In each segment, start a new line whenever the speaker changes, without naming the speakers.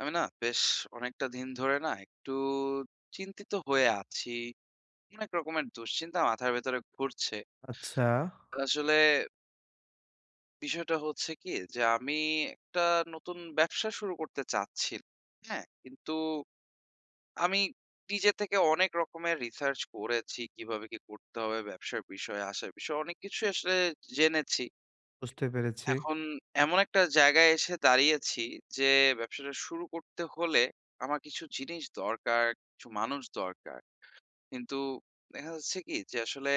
আমি না বেশ অনেকটা দিন ধরে না একটু চিন্তিত হয়ে আছি। অনেক রকমের দুশ্চিন্তা মাথার ভেতরে ঘুরছে।
আচ্ছা,
আসলে বিষয়টা হচ্ছে কি যে আমি একটা নতুন ব্যবসা শুরু করতে চাচ্ছি। হ্যাঁ? কিন্তু আমি নিজে থেকে অনেক রকমের রিসার্চ করেছি। কিভাবে কি করতে হবে ব্যবসার বিষয়ে, আসার বিষয়ে অনেক কিছুই আসলে জেনেছি।
বুঝতে পেরেছি।
এখন এমন একটা জায়গায় এসে দাঁড়িয়েছি যে ব্যবসাটা শুরু করতে হলে আমার কিছু জিনিস দরকার, কিছু মানুষ দরকার। কিন্তু দেখা যাচ্ছে কি যে আসলে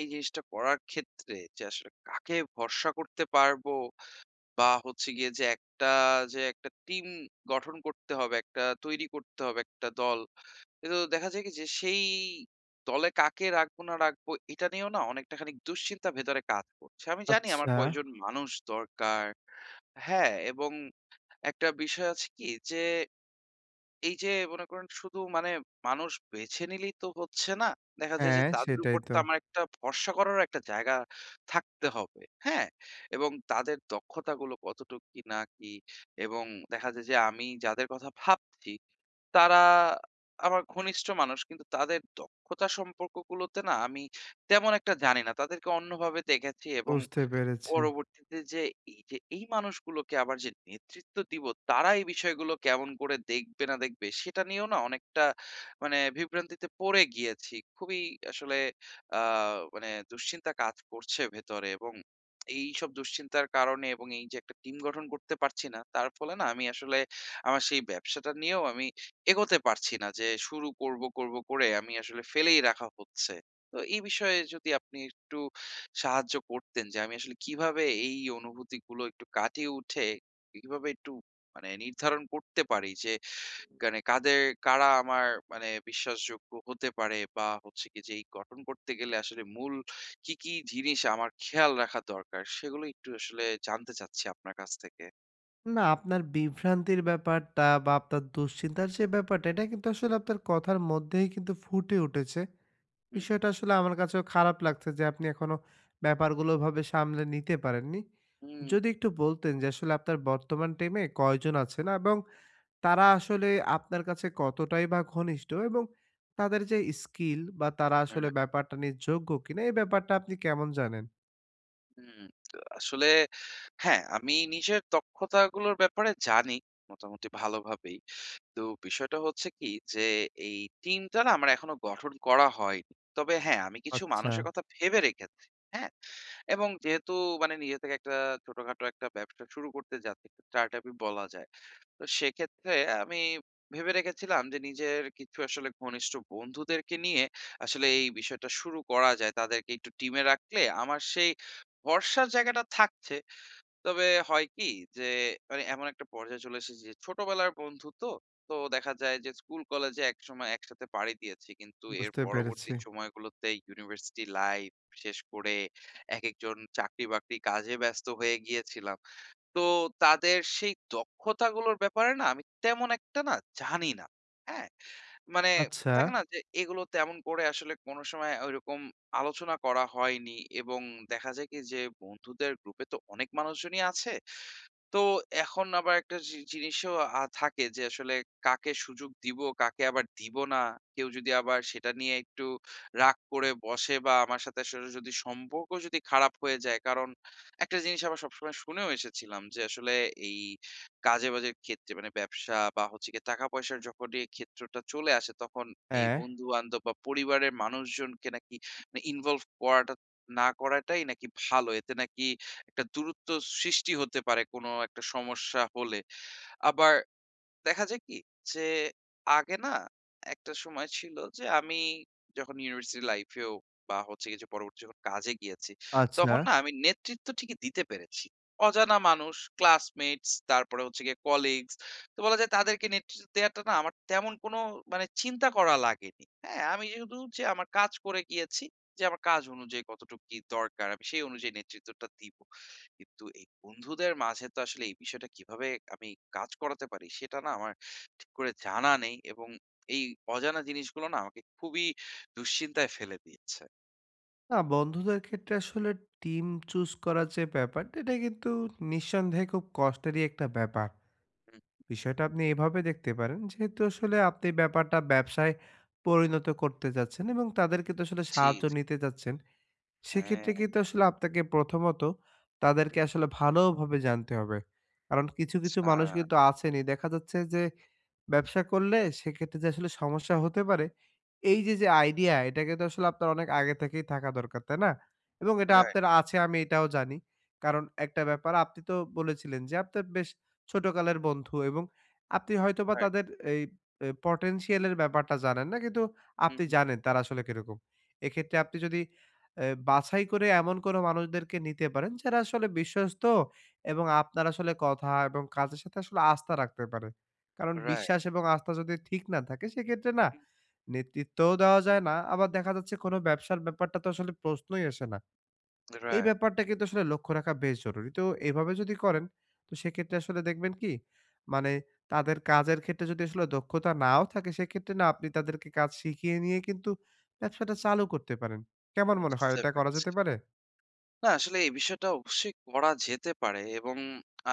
এই জিনিসটা করার ক্ষেত্রে যে আসলে কাকে ভরসা করতে পারবো বা হচ্ছে গিয়ে যে একটা যে একটা টিম গঠন করতে হবে, একটা তৈরি করতে হবে একটা দল। কিন্তু দেখা যায় কি যে সেই দলে কাকে রাখবো না রাখবো এটা নিয়েও না অনেকটা খানিক দুশ্চিন্তা ভেতরে কাজ করছে। আমি জানি আমার
আচ্ছা,
কয়জন মানুষ দরকার। হ্যাঁ, এবং একটা বিষয় আছে কি যে, এই যে মনে করেন শুধু মানে মানুষ বেছে নিলেই তো হচ্ছে না। দেখা যায় যে
হ্যাঁ,
তাদের
সেটাই
উপর
তো।
তো আমার একটা ভরসা করারও একটা জায়গা থাকতে হবে। হ্যাঁ? এবং তাদের দক্ষতাগুলো কতটুকু কি না কি, এবং দেখা যায় যে আমি যাদের কথা ভাবছি তারা আমার ঘনিষ্ঠ মানুষ। কিন্তু তাদের দক্ষতা সম্পর্কগুলোতে না আমি তেমন একটা জানি না। তাদেরকে অন্যভাবে দেখেছি, এবং
বুঝতে পেরেছি।
পরবর্তীতে যে এই যে এই মানুষগুলোকে আবার যে নেতৃত্ব দিব, তারা এই বিষয়গুলো কেমন করে দেখবে না দেখবে সেটা নিয়েও না অনেকটা মানে বিভ্রান্তিতে পড়ে গিয়েছি। খুবই আসলে আ মানে দুশ্চিন্তা কাজ করছে ভেতরে, এবং এইসব দুশ্চিন্তার কারণে এবং এই যে একটা টিম গঠন করতে পারছি না, তার ফলে না আমি আসলে আমার সেই ব্যবসাটা নিয়েও আমি এগোতে পারছি না যে শুরু করব, করব করে আমি আসলে ফেলেই রাখা হচ্ছে। তো এই বিষয়ে যদি আপনি একটু সাহায্য করতেন যে আমি আসলে কিভাবে এই অনুভূতিগুলো একটু কাটিয়ে উঠে কিভাবে একটু মানে নির্ধারণ করতে পারি যে মানে কাদের কারা আমার মানে বিশ্বাসযোগ্য হতে পারে বা হচ্ছে কি যে এই গঠন করতে গেলে আসলে মূল কি কি জিনিস আমার খেয়াল রাখা দরকার সেগুলো একটু আসলে জানতে চাচ্ছি আপনার কাছ থেকে।
না, আপনার বিভ্রান্তির ব্যাপারটা বা আপনার দুশ্চিন্তার যে ব্যাপারটা, এটা কিন্তু আসলে আপনার কথার মধ্যেই কিন্তু ফুটে উঠেছে।
হুম।
বিষয়টা আসলে আমার কাছেও খারাপ লাগছে যে আপনি এখনো ব্যাপারগুলো ওভাবে সামলে নিতে পারেননি।
হুম।
যদি একটু বলতেন যে আসলে আপনার বর্তমান টিমে কয়জন আছেন এবং তারা আসলে আপনার কাছে কতটাই বা ঘনিষ্ঠ এবং তাদের যে স্কিল বা তারা আসলে ব্যাপারটা নিয়ে যোগ্য কিনা এই ব্যাপারটা আপনি কেমন জানেন?
হুম, তো আসলে হ্যাঁ, আমি নিজের দক্ষতাগুলোর ব্যাপারে জানি মোটামুটি ভালোভাবেই। তো বিষয়টা হচ্ছে কি যে এই টিমটা না আমার এখনো গঠন করা হয়নি। তবে হ্যাঁ, আমি কিছু
আচ্ছা।
মানুষের কথা ভেবে রেখেছি। হ্যাঁ? এবং যেহেতু মানে নিজে থেকে একটা ছোটখাটো একটা ব্যবসা শুরু করতে যাচ্ছি, স্টার্ট আপ ই বলা যায়। তো সেক্ষেত্রে আমি ভেবে রেখেছিলাম যে নিজের কিছু আসলে ঘনিষ্ঠ বন্ধুদেরকে নিয়ে আসলে এই বিষয়টা শুরু করা যায়, তাদেরকে একটু টিমে রাখলে আমার সেই ভরসার জায়গাটা থাকছে। তবে হয় কি যে মানে এমন একটা পর্যায়ে চলে এসেছি যে ছোটবেলার বন্ধু তো, দেখা যায় যে স্কুল কলেজে এক সময় একসাথে পাড়ি দিয়েছি কিন্তু এর
বুঝতে পেরেছি।
পরবর্তী সময়গুলোতে ইউনিভার্সিটি লাইফ শেষ করে এক একজন চাকরি বাকরি কাজে ব্যস্ত হয়ে গিয়েছিলাম। তো তাদের সেই দক্ষতাগুলোর ব্যাপারে না আমি তেমন একটা না জানি না। হ্যাঁ, মানে
আচ্ছা।
থাকে না যে এগুলো তেমন করে আসলে কোনো সময় ওইরকম আলোচনা করা হয়নি, এবং দেখা যায় কি যে বন্ধুদের গ্রুপে তো অনেক মানুষজনই আছে। তো এখন আবার একটা জিনিসও থাকে যে আসলে কাকে সুযোগ দিব, কাকে আবার দিব না। কেউ যদি আবার সেটা নিয়ে একটু রাগ করে বসে বা আমার সাথে আসলে যদি সম্পর্ক যদি খারাপ হয়ে যায়। কারণ একটা জিনিস আবার সবসময় শুনেও এসেছিলাম যে আসলে এই কাজে-বাজের ক্ষেত্রে মানে ব্যবসা বা হচ্ছে গিয়ে টাকা পয়সার যখনই ক্ষেত্রটা চলে আসে তখন এই
হ্যাঁ।
বন্ধু-বান্ধব বা পরিবারের মানুষজনকে নাকি মানে ইনভলভ করাটা না করাটাই নাকি ভালো। এতে নাকি একটা দূরত্ব সৃষ্টি হতে পারে কোনো একটা সমস্যা হলে। আবার দেখা যায় কি? যে আগে না একটা সময় ছিল যে আমি যখন ইউনিভার্সিটি লাইফ এও বা হচ্ছে গিয়ে যে পরবর্তী যখন কাজে গিয়েছি,
আচ্ছা।
তখন না আমি নেতৃত্ব ঠিকই দিতে পেরেছি। অজানা মানুষ, ক্লাসমেটস, তারপরে হচ্ছে গিয়ে কলিগস। তো বলা যায় তাদেরকে নেতৃত্ব দেওয়াটা না আমার তেমন কোনো মানে চিন্তা করা লাগেনি। হ্যাঁ? আমি শুধু যে আমার কাজ করে গিয়েছি, যে আমার কাজ অনুযায়ী কতটুকু কি দরকার আমি সেই অনুযায়ী নেতৃত্বটা দিব। কিন্তু এই বন্ধুদের মাঝে তো আসলে এই বিষয়টা কিভাবে আমি কাজ করাতে পারি সেটা না আমার ঠিক করে জানা নেই, এবং এই অজানা জিনিসগুলো না আমাকে খুবই দুশ্চিন্তায় ফেলে দিয়েছে।
না, বন্ধুদের ক্ষেত্রে আসলে টিম চুজ করার যে ব্যাপারটা এটা কিন্তু নিঃসন্দেহে খুব কষ্টেরই একটা ব্যাপার।
হুম,
বিষয়টা আপনি এভাবে দেখতে পারেন, যেহেতু আসলে আপনি ব্যাপারটা ব্যবসায় পরিণত করতে যাচ্ছেন এবং তাদেরকে তো আসলে
জি,
সাহায্য
জি।
নিতে যাচ্ছেন।
হ্যাঁ,
সেক্ষেত্রে কিন্তু আসলে আপনাকে প্রথমত তাদেরকে
হুম,
আসলে ভালোভাবে জানতে হবে। কারণ কিছু
আচ্ছা।
মানুষ কিন্তু আছেনই, দেখা যাচ্ছে যে ব্যবসা করলে সেক্ষেত্রে যে আসলে সমস্যা হতে পারে, এই যে, যে আইডিয়া এটা কিন্তু আসলে আপনার অনেক আগে থেকেই থাকা দরকার, তাই না? এবং এটা
রাইট,
আপনার আছে আমি এটাও জানি। কারণ একটা ব্যাপার আপনি তো বলেছিলেন যে, আপনার বেশ ছোটকালের বন্ধু এবং আপনি হয়তোবা
রাইট,
তাদের এই এ পটেনশিয়াল এর ব্যাপারটা জানেন না। কিন্তু
হুম,
আপনি
হুম,
জানেন তারা আসলে কিরকম। এক্ষেত্রে আপনি যদি এ বাছাই করে এমন কোনো মানুষদেরকে নিতে পারেন যারা আসলে বিশ্বস্ত এবং আপনার আসলে কথা এবং কাজের সাথে আসলে আস্থা রাখতে পারে। কারণ বিশ্বাস
রাইট,
এবং আস্থা যদি ঠিক না থাকে সেক্ষেত্রে না
হুম,
নেতৃত্বও দেওয়া যায় না, আবার দেখা যাচ্ছে কোনো ব্যবসার ব্যাপারটা তো আসলে প্রশ্নই আসে না। এই
রাইট।
ব্যাপারটা কিন্তু আসলে লক্ষ্য রাখা বেশ জরুরি। তো এভাবে যদি করেন, তো সেক্ষেত্রে আসলে দেখবেন কি, মানে তাদের কাজের ক্ষেত্রে যদি আসলে দক্ষতা নাও থাকে সেক্ষেত্রে না আপনি তাদেরকে কাজ শিখিয়ে নিয়ে কিন্তু ব্যবসাটা চালু করতে পারেন। কেমন মনে হয়,
বুঝতে
এটা করা
পেরেছি।
যেতে পারে?
না, আসলে এই বিষয়টা অবশ্যই করা যেতে পারে, এবং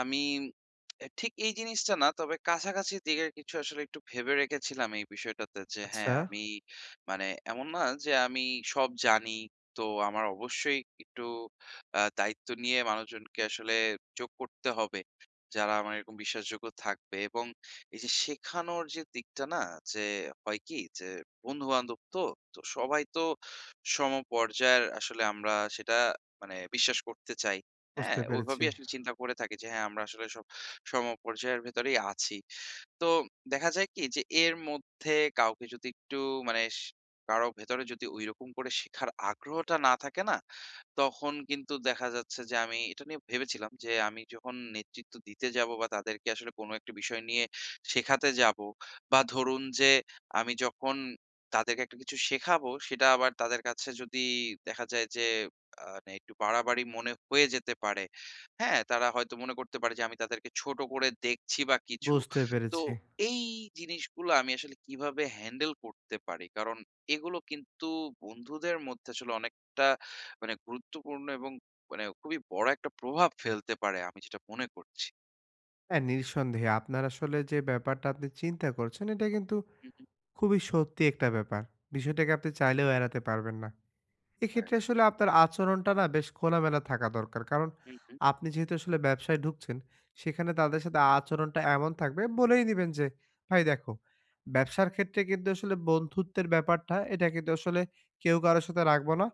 আমি এ ঠিক এই জিনিসটা না, তবে কাছাকাছি দিকের কিছু আসলে একটু ভেবে রেখেছিলাম এই বিষয়টাতে যে
আচ্ছা।
হ্যাঁ, আমি মানে এমন না যে আমি সব জানি। তো আমার অবশ্যই একটু দায়িত্ব নিয়ে মানুষজনকে আসলে যোগ করতে হবে। যারা আমার এরকম বিশ্বাসযোগ্য থাকবে, এবং এই যে শেখানোর যে দিকটা না, যে হয় কি যে বন্ধু-বান্ধব তো, সবাই তো সমপর্যায়ের আসলে আমরা সেটা মানে বিশ্বাস করতে চাই।
বুঝতে
হ্যাঁ?
পেরেছি।
ওইভাবেই আসলে চিন্তা করে থাকি যে হ্যাঁ, আমরা আসলে সব সমপর্যায়ের ভেতরেই আছি। তো দেখা যায় কি যে এর মধ্যে কাউকে যদি একটু মানে কারো ভেতরে যদি ঐরকম করে শেখার আগ্রহটা না থাকে না? তখন কিন্তু দেখা যাচ্ছে যে আমি এটা নিয়ে ভেবেছিলাম যে আমি যখন নেতৃত্ব দিতে যাব বা তাদেরকে আসলে কোনো একটা বিষয় নিয়ে শেখাতে যাব, বা ধরুন যে আমি যখন তাদেরকে একটা কিছু শেখাবো সেটা আবার তাদের কাছে যদি দেখা যায় যে মানে একটু বাড়াবাড়ি মনে হয়ে যেতে পারে। হ্যাঁ, তারা হয়তো মনে করতে পারে যে আমি তাদেরকে ছোট করে দেখছি বা কিছু।
বুঝতে
তো
পেরেছি।
এই জিনিসগুলো আমি আসলে কিভাবে হ্যান্ডেল করতে পারি, কারণ এগুলো কিন্তু বন্ধুদের মধ্যে আসলে অনেকটা মানে গুরুত্বপূর্ণ এবং মানে খুবই বড় একটা প্রভাব ফেলতে পারে আমি যেটা মনে করছি।
হ্যাঁ, নিঃসন্দেহে আপনার আসলে যে ব্যাপারটা আপনি চিন্তা করছেন এটা কিন্তু
হু, হু।
খুবই সত্যি একটা ব্যাপার। বিষয়টাকে আপনি
জি,
চাইলেও এড়াতে পারবেন না। এক্ষেত্রে
রাইট।
আসলে আপনার আচরণটা না বেশ খোলামেলা থাকা দরকার। কারণ
হু, হু।
আপনি যেহেতু আসলে ব্যবসায় ঢুকছেন, সেখানে তাদের সাথে আচরণটা এমন থাকবে বলেই দিবেন যে, "ভাই দেখো, ব্যবসার ক্ষেত্রে কিন্তু আসলে বন্ধুত্বের ব্যাপারটা এটা কিন্তু আসলে কেউ কারো সাথে রাখবো না।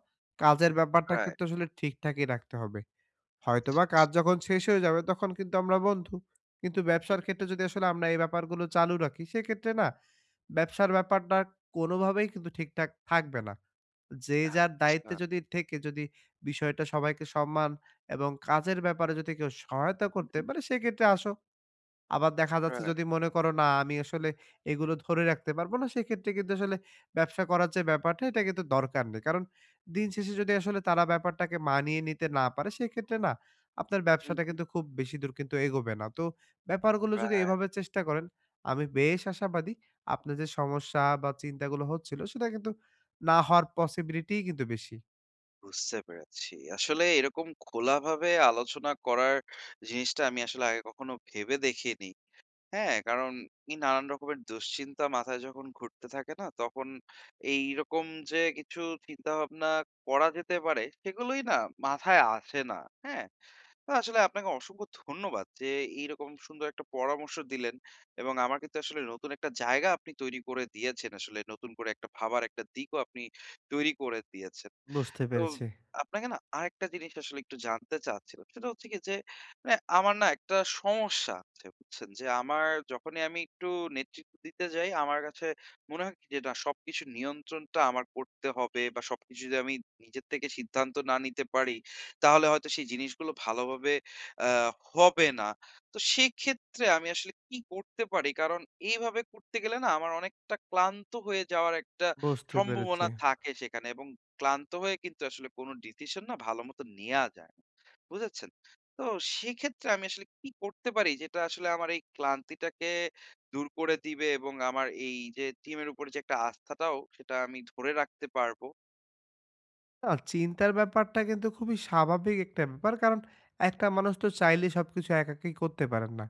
কাজের ব্যাপারটা
রাইট।
কিন্তু আসলে ঠিকঠাকই রাখতে হবে।"
আচ্ছা,
হয়তোবা
আচ্ছা।
কাজ যখন শেষ হয়ে যাবে তখন কিন্তু আমরা বন্ধু। কিন্তু ব্যবসার
হুম।
ক্ষেত্রে যদি আসলে আমরা এই ব্যাপারগুলো চালু রাখি সেক্ষেত্রে না ব্যবসার ব্যাপারটা কোনোভাবেই কিন্তু ঠিকঠাক থাকবে না। যে যার
আচ্ছা।
দায়িত্বে যদি থেকে যদি বিষয়টা সবাইকে সম্মান এবং কাজের ব্যাপারে যদি কেউ সহায়তা
হু,
করতে
হু।
পারে সেক্ষেত্রে আসো, আবার দেখা যাচ্ছে
রাইট,
যদি মনে করো না আমি আসলে এগুলো ধরে রাখতে পারবো না, সেক্ষেত্রে কিন্তু আসলে ব্যবসা করার যে ব্যাপারটা এটা কিন্তু দরকার নেই। কারণ দিন শেষে যদি আসলে তারা ব্যাপারটাকে মানিয়ে নিতে না পারে সেক্ষেত্রে না আপনার
হু,
ব্যবসাটা
হু।
কিন্তু খুব বেশি দূর কিন্তু এগোবে না। তো ব্যাপারগুলো যদি
রাইট।
এভাবে চেষ্টা করেন, আমি বেশ আশাবাদী আপনার যে সমস্যা বা চিন্তাগুলো হচ্ছিল সেটা কিন্তু না হওয়ার পসিবিলিটিই কিন্তু বেশি।
বুঝতে পেরেছি। আসলে এরকম খোলাভাবে আলোচনা করার জিনিসটা আমি আসলে আগে কখনো ভেবে দেখিনি। হ্যাঁ? কারণ এই নানান রকমের দুশ্চিন্তা মাথায় যখন ঘুরতে থাকে না, তখন এইরকম যে কিছু চিন্তাভাবনা করা যেতে পারে, সেগুলোই না মাথায় আসে না। হ্যাঁ? না, আসলে আপনাকে অসংখ্য ধন্যবাদ যে এইরকম সুন্দর একটা পরামর্শ দিলেন, এবং আমার কিন্তু আসলে নতুন একটা জায়গা আপনি তৈরি করে দিয়েছেন। আসলে নতুন করে একটা ভাবার একটা দিকও আপনি তৈরি করে দিয়েছেন।
বুঝতে
তো
পেরেছি,
আপনাকে না আরেকটা জিনিস আসলে একটু জানতে চাচ্ছিলাম। সেটা হচ্ছে কি যে মানে আমার না একটা সমস্যা আছে বুঝছেন? যে আমার যখনই আমি একটু নেতৃত্ব দিতে যাই আমার কাছে মনে হয় কি যে না সবকিছু নিয়ন্ত্রণটা আমার করতে হবে বা সবকিছু যদি আমি নিজের থেকে সিদ্ধান্ত না নিতে পারি তাহলে হয়তো সেই জিনিসগুলো ভালোভাবে আ হবে না। তো সেক্ষেত্রে আমি আসলে কি করতে পারি? কারণ এইভাবে করতে গেলে না আমার অনেকটা ক্লান্ত হয়ে যাওয়ার একটা
বুঝতে পেরেছি।
সম্ভাবনা থাকে সেখানে, এবং ক্লান্ত হয়ে কিন্তু আসলে কোন ডিসিশন না ভালোমতো নেয়া যায় না। বুঝেছেন? তো সেক্ষেত্রে আমি আসলে কি করতে পারি যেটা আসলে আমার এই ক্লান্তিটাকে দূর করে দিবে এবং আমার এই যে টিমের উপরে যে একটা আস্থাটাও সেটা আমি ধরে রাখতে পারবো?
না, চিন্তার ব্যাপারটা কিন্তু খুবই স্বাভাবিক একটা ব্যাপার। কারণ একটা মানুষ তো চাইলে সবকিছু একাকী করতে পারেন না।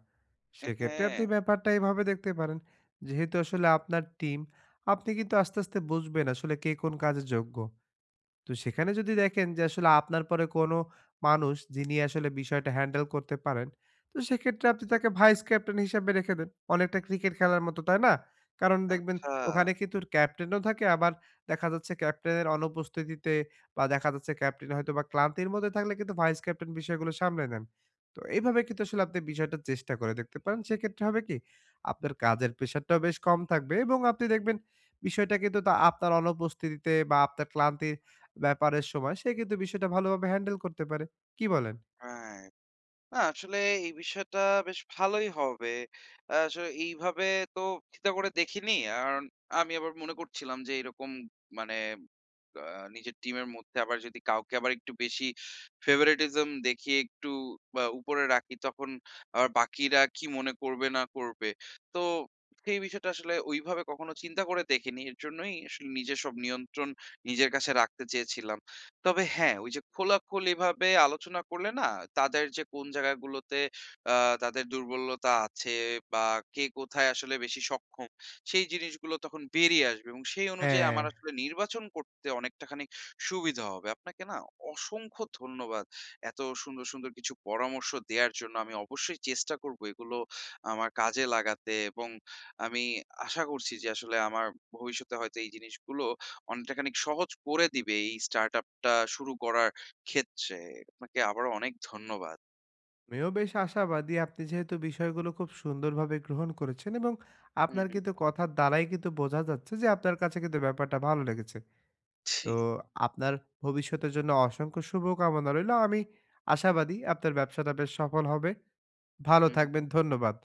সেক্ষেত্রে
হ্যাঁ,
আপনি ব্যাপারটা এভাবে দেখতে পারেন, যেহেতু আসলে আপনার টিম, আপনি কিন্তু আস্তে আস্তে বুঝবেন আসলে কে কোন কাজে যোগ্য। তো সেখানে যদি দেখেন যে আসলে আপনার পরে কোনো মানুষ যিনি আসলে বিষয়টা হ্যান্ডেল করতে পারেন, তো সেক্ষেত্রে আপনি
আচ্ছা,
তাকে ভাইস ক্যাপ্টেন হিসাবে রেখে দেন। অনেকটা ক্রিকেট খেলার মতো, তাই না? কারণ দেখবেন
আচ্ছা।
ওখানে কিন্তু ক্যাপ্টেনও থাকে, আবার দেখা যাচ্ছে ক্যাপ্টেনের অনুপস্থিতিতে বা দেখা যাচ্ছে ক্যাপ্টেন হয়তোবা ক্লান্তির মধ্যে থাকলে কিন্তু ভাইস ক্যাপ্টেন বিষয়গুলো সামলে নেন। তো এইভাবে কিন্তু আসলে আপনি বিষয়টা চেষ্টা করে দেখতে পারেন। সেক্ষেত্রে হবে কি? আপনার কাজের প্রেশারটাও বেশ কম থাকবে এবং আপনি দেখবেন বিষয়টা কিন্তু তা আপনার অনুপস্থিতিতে বা আপনার ক্লান্তির ব্যাপারের সময় সে কিন্তু বিষয়টা ভালোভাবে হ্যান্ডেল করতে পারে। কি বলেন?
রাইট। না, আসলে এই বিষয়টা বেশ ভালোই হবে। আসলে এইভাবে তো চিন্তা করে দেখিনি। কারণ আমি আবার মনে করছিলাম যে এরকম মানে আ নিজের টিমের মধ্যে আবার যদি কাউকে আবার একটু বেশি favoritism দেখিয়ে একটু উপরে রাখি তখন আবার বাকিরা কি মনে করবে না করবে। তো সেই বিষয়টা আসলে ওইভাবে কখনো চিন্তা করে দেখিনি। এর জন্যই আসলে নিজের সব নিয়ন্ত্রণ নিজের কাছে রাখতে চেয়েছিলাম। তবে হ্যাঁ, ওই যে খোলাখুলিভাবে আলোচনা করলে না, তাদের যে কোন জায়গাগুলোতে আ তাদের দুর্বলতা আছে বা কে কোথায় আসলে বেশি সক্ষম, সেই জিনিসগুলো তখন বেরিয়ে আসবে এবং সেই অনুযায়ী
হ্যাঁ।
আমার আসলে নির্বাচন করতে অনেকটা খানিক সুবিধা হবে। আপনাকে না অসংখ্য ধন্যবাদ। এত সুন্দর, সুন্দর কিছু পরামর্শ দেয়ার জন্য। আমি অবশ্যই চেষ্টা করব এগুলো আমার কাজে লাগাতে, এবং আমি আশা করছি যে আসলে আমার ভবিষ্যতে হয়তো এই জিনিসগুলো অনেকটা খানিক সহজ করে দিবে এই স্টার্টআপটা শুরু করার ক্ষেত্রে। আপনাকে আবারও অনেক ধন্যবাদ।
আমিও বেশ আশাবাদী আপনি যেহেতু বিষয়গুলো খুব সুন্দরভাবে গ্রহণ করেছেন এবং
হুম,
আপনার
হুম।
কিন্তু কথার দ্বারাই কিন্তু বোঝা যাচ্ছে যে আপনার কাছে কিন্তু ব্যাপারটা ভালো লেগেছে।
জি।
তো আপনার ভবিষ্যতের জন্য অসংখ্য শুভকামনা রইলো। আমি আশাবাদী আপনার ব্যবসাটা বেশ সফল হবে। ভালো
হুম।
থাকবেন। ধন্যবাদ।